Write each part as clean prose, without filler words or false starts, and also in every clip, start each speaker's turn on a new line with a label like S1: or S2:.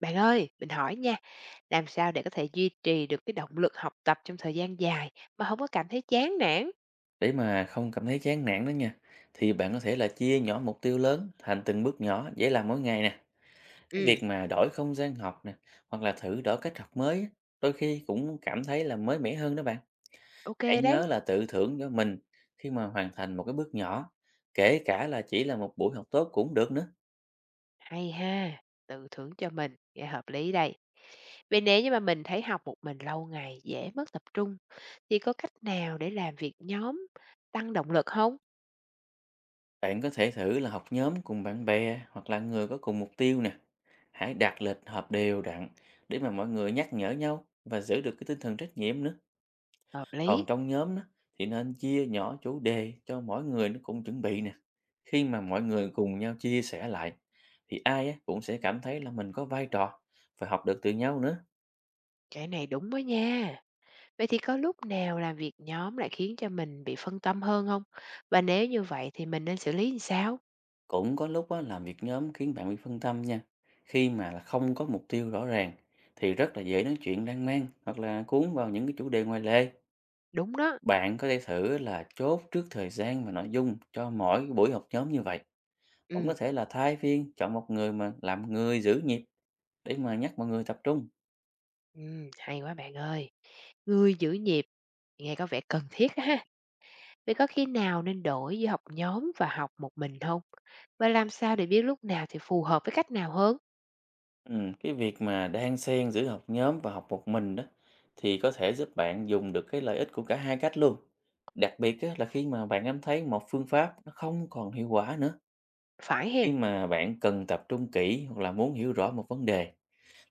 S1: Bạn ơi, mình hỏi nha, làm sao để có thể duy trì được cái động lực học tập trong thời gian dài mà không có cảm thấy chán nản?
S2: Để mà không cảm thấy chán nản đó nha, thì bạn có thể là chia nhỏ mục tiêu lớn thành từng bước nhỏ dễ làm mỗi ngày nè. Cái
S1: Ừ,
S2: việc mà đổi không gian học nè, hoặc là thử đổi cách học mới, á, đôi khi cũng cảm thấy là mới mẻ hơn đó bạn.
S1: ok
S2: Hãy
S1: đấy,
S2: nhớ là tự thưởng cho mình khi mà hoàn thành một cái bước nhỏ, kể cả là chỉ là một buổi học tốt cũng được nữa.
S1: hay ha, tự thưởng cho mình, nghe hợp lý đây. Vậy nếu như mà mình thấy học một mình lâu ngày dễ mất tập trung, thì có cách nào để làm việc nhóm tăng động lực không?
S2: Bạn có thể thử là học nhóm cùng bạn bè hoặc là người có cùng mục tiêu nè. Hãy đặt lịch họp đều đặn để mà mọi người nhắc nhở nhau và giữ được cái tinh thần trách nhiệm nữa.
S1: Hợp
S2: Còn
S1: lý,
S2: trong nhóm đó, thì nên chia nhỏ chủ đề cho mỗi người nó cũng chuẩn bị nè. Khi mà mọi người cùng nhau chia sẻ lại, thì ai á, cũng sẽ cảm thấy là mình có vai trò và học được từ nhau nữa.
S1: cái này đúng đó nha. Vậy thì có lúc nào làm việc nhóm lại khiến cho mình bị phân tâm hơn không? Và nếu như vậy thì mình nên xử lý như sao?
S2: Cũng có lúc á, làm việc nhóm khiến bạn bị phân tâm nha. Khi mà là không có mục tiêu rõ ràng, thì rất là dễ nói chuyện lan man hoặc là cuốn vào những cái chủ đề ngoài lề.
S1: Đúng đó.
S2: Bạn có thể thử là chốt trước thời gian và nội dung cho mỗi buổi học nhóm như vậy. Cũng có
S1: Ừ.
S2: thể là thay phiên chọn một người mà làm người giữ nhịp để mà nhắc mọi người tập trung.
S1: Hay quá bạn ơi. Người giữ nhịp nghe có vẻ cần thiết á ha. Vậy có khi nào nên đổi giữa học nhóm và học một mình không? Và làm sao để biết lúc nào thì phù hợp với cách nào hơn?
S2: Cái việc mà đan xen giữa học nhóm và học một mình đó thì có thể giúp bạn dùng được cái lợi ích của cả hai cách luôn. Đặc biệt á, là khi mà bạn cảm thấy một phương pháp nó không còn hiệu quả nữa.
S1: Phải
S2: Khi
S1: hén?
S2: mà bạn cần tập trung kỹ hoặc là muốn hiểu rõ một vấn đề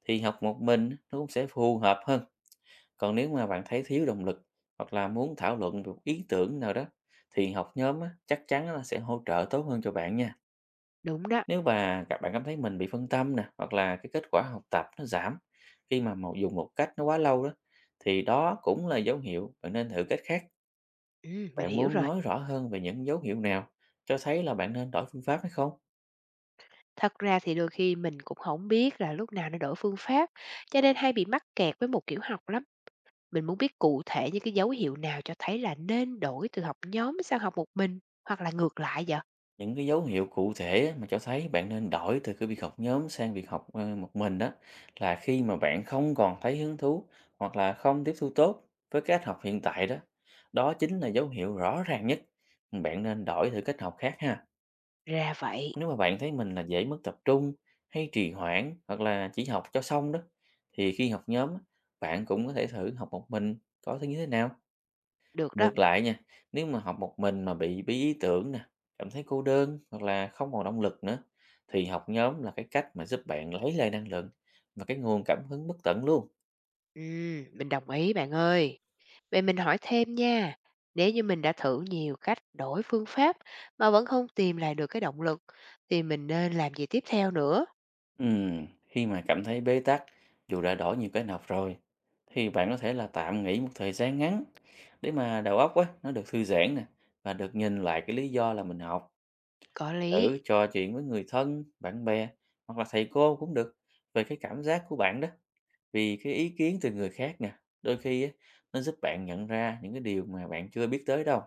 S2: thì học một mình á, nó cũng sẽ phù hợp hơn. Còn nếu mà bạn thấy thiếu động lực hoặc là muốn thảo luận về một ý tưởng nào đó thì học nhóm á, chắc chắn là sẽ hỗ trợ tốt hơn cho bạn nha.
S1: Đúng đó.
S2: Nếu mà các bạn cảm thấy mình bị phân tâm nè, hoặc là cái kết quả học tập nó giảm khi mà dùng một cách nó quá lâu đó, thì đó cũng là dấu hiệu bạn nên thử cách khác.
S1: Mình
S2: Bạn
S1: hiểu
S2: muốn
S1: rồi.
S2: nói rõ hơn về những dấu hiệu nào cho thấy là bạn nên đổi phương pháp hay không?
S1: Thật ra thì đôi khi mình cũng không biết là lúc nào nên đổi phương pháp, cho nên hay bị mắc kẹt với một kiểu học lắm. Mình muốn biết cụ thể những cái dấu hiệu nào cho thấy là nên đổi từ học nhóm sang học một mình, hoặc là ngược lại vậy?
S2: Những cái dấu hiệu cụ thể á, mà cho thấy bạn nên đổi từ cái việc học nhóm sang việc học một mình đó là khi mà bạn không còn thấy hứng thú hoặc là không tiếp thu tốt với cách học hiện tại đó. Đó chính là dấu hiệu rõ ràng nhất. Bạn nên đổi thử cách học khác ha.
S1: Ra vậy.
S2: Nếu mà bạn thấy mình là dễ mất tập trung hay trì hoãn hoặc là chỉ học cho xong đó thì khi học nhóm á, bạn cũng có thể thử học một mình có thấy như thế nào.
S1: Được đó.
S2: Ngược lại nha, nếu mà học một mình mà bị bí ý tưởng nè, cảm thấy cô đơn hoặc là không còn động lực nữa thì học nhóm là cái cách mà giúp bạn lấy lại năng lượng và cái nguồn cảm hứng bất tận luôn.
S1: Mình đồng ý bạn ơi. Vậy mình hỏi thêm nha, nếu như mình đã thử nhiều cách đổi phương pháp mà vẫn không tìm lại được cái động lực thì mình nên làm gì tiếp theo nữa?
S2: Khi mà cảm thấy bế tắc dù đã đổi nhiều cái học rồi thì bạn có thể là tạm nghỉ một thời gian ngắn để mà đầu óc á, nó được thư giãn nè và được nhìn lại cái lý do là mình học.
S1: Có
S2: Thử
S1: lý,
S2: trò chuyện với người thân, bạn bè hoặc là thầy cô cũng được về cái cảm giác của bạn đó. Vì cái ý kiến từ người khác nè, đôi khi á, nó giúp bạn nhận ra những cái điều mà bạn chưa biết tới đâu.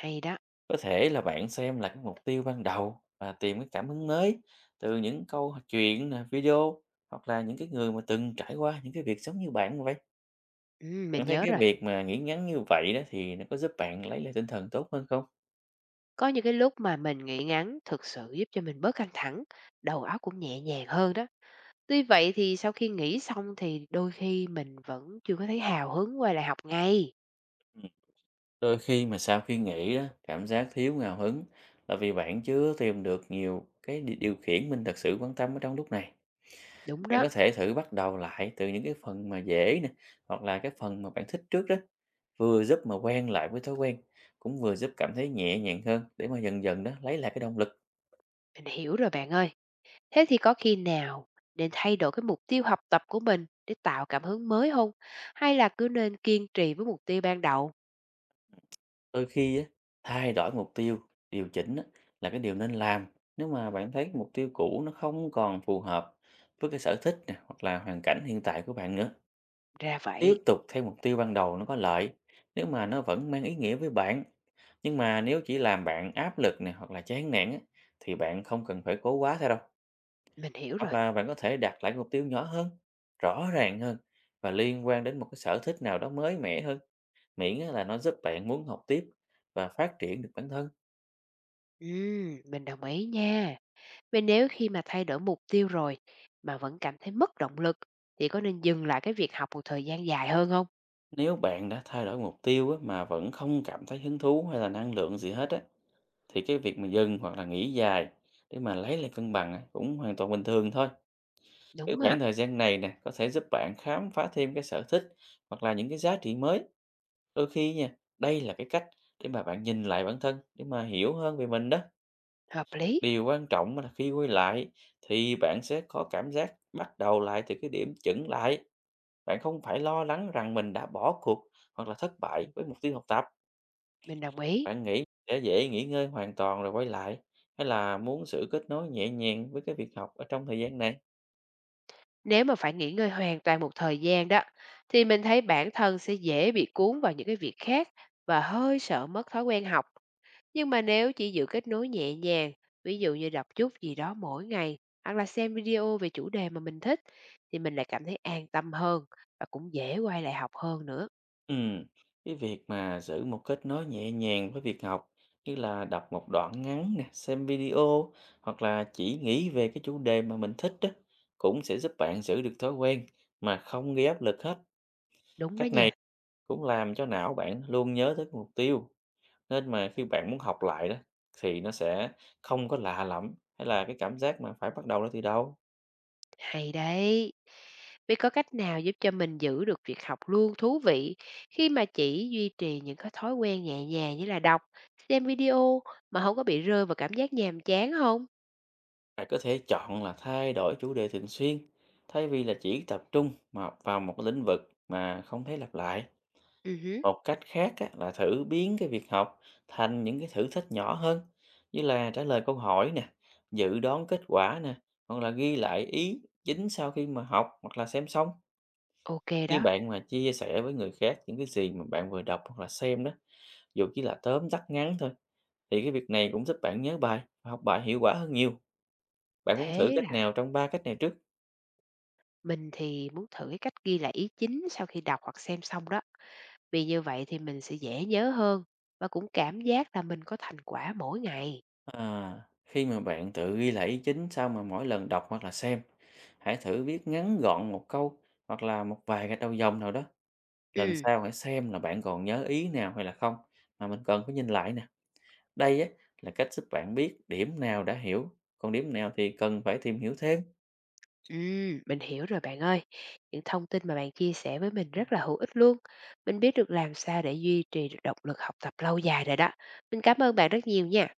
S1: hay đó.
S2: Có thể là bạn xem là cái mục tiêu ban đầu và tìm cái cảm hứng mới từ những câu chuyện, nè, video hoặc là những cái người mà từng trải qua những cái việc giống như bạn vậy.
S1: Ừ,
S2: Bạn
S1: mình
S2: thấy
S1: nhớ
S2: cái
S1: rồi.
S2: việc mà nghĩ ngắn như vậy đó thì nó có giúp bạn lấy lại tinh thần tốt hơn không?
S1: Có những cái lúc mà mình nghĩ ngắn thực sự giúp cho mình bớt căng thẳng, đầu óc cũng nhẹ nhàng hơn đó. Tuy vậy thì sau khi nghỉ xong thì đôi khi mình vẫn chưa có thấy hào hứng quay lại học ngay.
S2: Đôi khi mà sau khi nghỉ đó, cảm giác thiếu ngào hứng là vì bạn chưa tìm được nhiều cái điều khiển mình thật sự quan tâm ở trong lúc này.
S1: Đúng
S2: Bạn
S1: đó,
S2: có thể thử bắt đầu lại từ những cái phần mà dễ nè, hoặc là cái phần mà bạn thích trước đó. Vừa giúp mà quen lại với thói quen, cũng vừa giúp cảm thấy nhẹ nhàng hơn để mà dần dần đó lấy lại cái động lực.
S1: mình hiểu rồi bạn ơi. Thế thì có khi nào nên thay đổi cái mục tiêu học tập của mình để tạo cảm hứng mới không? Hay là cứ nên kiên trì với mục tiêu ban đầu?
S2: Đôi khi á, thay đổi mục tiêu, điều chỉnh á, là cái điều nên làm. Nếu mà bạn thấy mục tiêu cũ nó không còn phù hợp với cái sở thích nè, hoặc là hoàn cảnh hiện tại của bạn nữa.
S1: Ra
S2: Tiếp
S1: vậy,
S2: tục theo mục tiêu ban đầu nó có lợi nếu mà nó vẫn mang ý nghĩa với bạn. Nhưng mà nếu chỉ làm bạn áp lực này hoặc là chán nản á, thì bạn không cần phải cố quá theo đâu.
S1: mình hiểu
S2: Hoặc
S1: rồi.
S2: là bạn có thể đặt lại mục tiêu nhỏ hơn, rõ ràng hơn và liên quan đến một cái sở thích nào đó mới mẻ hơn. Miễn á là nó giúp bạn muốn học tiếp và phát triển được bản thân.
S1: Mình đồng ý nha. Vì nếu khi mà thay đổi mục tiêu rồi mà vẫn cảm thấy mất động lực thì có nên dừng lại cái việc học một thời gian dài hơn không?
S2: Nếu bạn đã thay đổi mục tiêu á, mà vẫn không cảm thấy hứng thú hay là năng lượng gì hết á, thì cái việc mà dừng hoặc là nghỉ dài để mà lấy lại cân bằng á, cũng hoàn toàn bình thường thôi. Cái
S1: Đúng à,
S2: khoảng thời gian này nè, có thể giúp bạn khám phá thêm cái sở thích hoặc là những cái giá trị mới. Đôi khi nha, đây là cái cách để mà bạn nhìn lại bản thân, để mà hiểu hơn về mình đó.
S1: hợp lý,
S2: Điều quan trọng là khi quay lại thì bạn sẽ có cảm giác bắt đầu lại từ cái điểm chững lại. Bạn không phải lo lắng rằng mình đã bỏ cuộc hoặc là thất bại với mục tiêu học tập.
S1: mình đồng ý.
S2: Bạn nghĩ sẽ dễ nghỉ ngơi hoàn toàn rồi quay lại hay là muốn sự kết nối nhẹ nhàng với cái việc học ở trong thời gian này?
S1: Nếu mà phải nghỉ ngơi hoàn toàn một thời gian đó thì mình thấy bản thân sẽ dễ bị cuốn vào những cái việc khác và hơi sợ mất thói quen học. Nhưng mà nếu chỉ giữ kết nối nhẹ nhàng, ví dụ như đọc chút gì đó mỗi ngày hoặc là xem video về chủ đề mà mình thích thì mình lại cảm thấy an tâm hơn và cũng dễ quay lại học hơn nữa.
S2: Ừ, cái việc mà giữ một kết nối nhẹ nhàng với việc học như là đọc một đoạn ngắn nè, xem video hoặc là chỉ nghĩ về cái chủ đề mà mình thích đó cũng sẽ giúp bạn giữ được thói quen mà không gây áp lực hết.
S1: Đúng đó
S2: Cách này
S1: nha.
S2: cũng làm cho não bạn luôn nhớ tới mục tiêu nên mà khi bạn muốn học lại đó thì nó sẽ không có lạ lẫm hay là cái cảm giác mà phải bắt đầu lại từ đầu.
S1: Hay đấy. Vậy có cách nào giúp cho mình giữ được việc học luôn thú vị khi mà chỉ duy trì những cái thói quen nhẹ nhàng như là đọc, xem video mà không có bị rơi vào cảm giác nhàm chán không?
S2: Bạn có thể chọn là thay đổi chủ đề thường xuyên thay vì là chỉ tập trung mà vào một cái lĩnh vực mà không thấy lặp lại.
S1: Ừ, hứ,
S2: Một cách khác á, là thử biến cái việc học thành những cái thử thách nhỏ hơn như là trả lời câu hỏi nè, dự đoán kết quả nè, hoặc là ghi lại ý chính sau khi mà học hoặc là xem xong.
S1: ok
S2: Khi
S1: đó.
S2: bạn mà chia sẻ với người khác những cái gì mà bạn vừa đọc hoặc là xem đó, dù chỉ là tóm tắt ngắn thôi thì cái việc này cũng giúp bạn nhớ bài và học bài hiệu quả hơn nhiều. Bạn muốn thử
S1: Thế
S2: cách
S1: là
S2: nào trong ba cách này trước?
S1: mình thì muốn thử cái cách ghi lại ý chính sau khi đọc hoặc xem xong đó. Vì như vậy thì mình sẽ dễ nhớ hơn và cũng cảm giác là mình có thành quả mỗi ngày.
S2: À, khi mà bạn tự ghi lại ý chính sau mà mỗi lần đọc hoặc là xem, hãy thử viết ngắn gọn một câu hoặc là một vài cái đầu dòng nào đó. Lần
S1: Ừm,
S2: sau hãy xem là bạn còn nhớ ý nào hay là không mà mình cần phải nhìn lại nè. Đây á là cách giúp bạn biết điểm nào đã hiểu, còn điểm nào thì cần phải tìm hiểu thêm.
S1: mình hiểu rồi bạn ơi. Những thông tin mà bạn chia sẻ với mình rất là hữu ích luôn. Mình biết được làm sao để duy trì được động lực học tập lâu dài rồi đó. Mình cảm ơn bạn rất nhiều nha.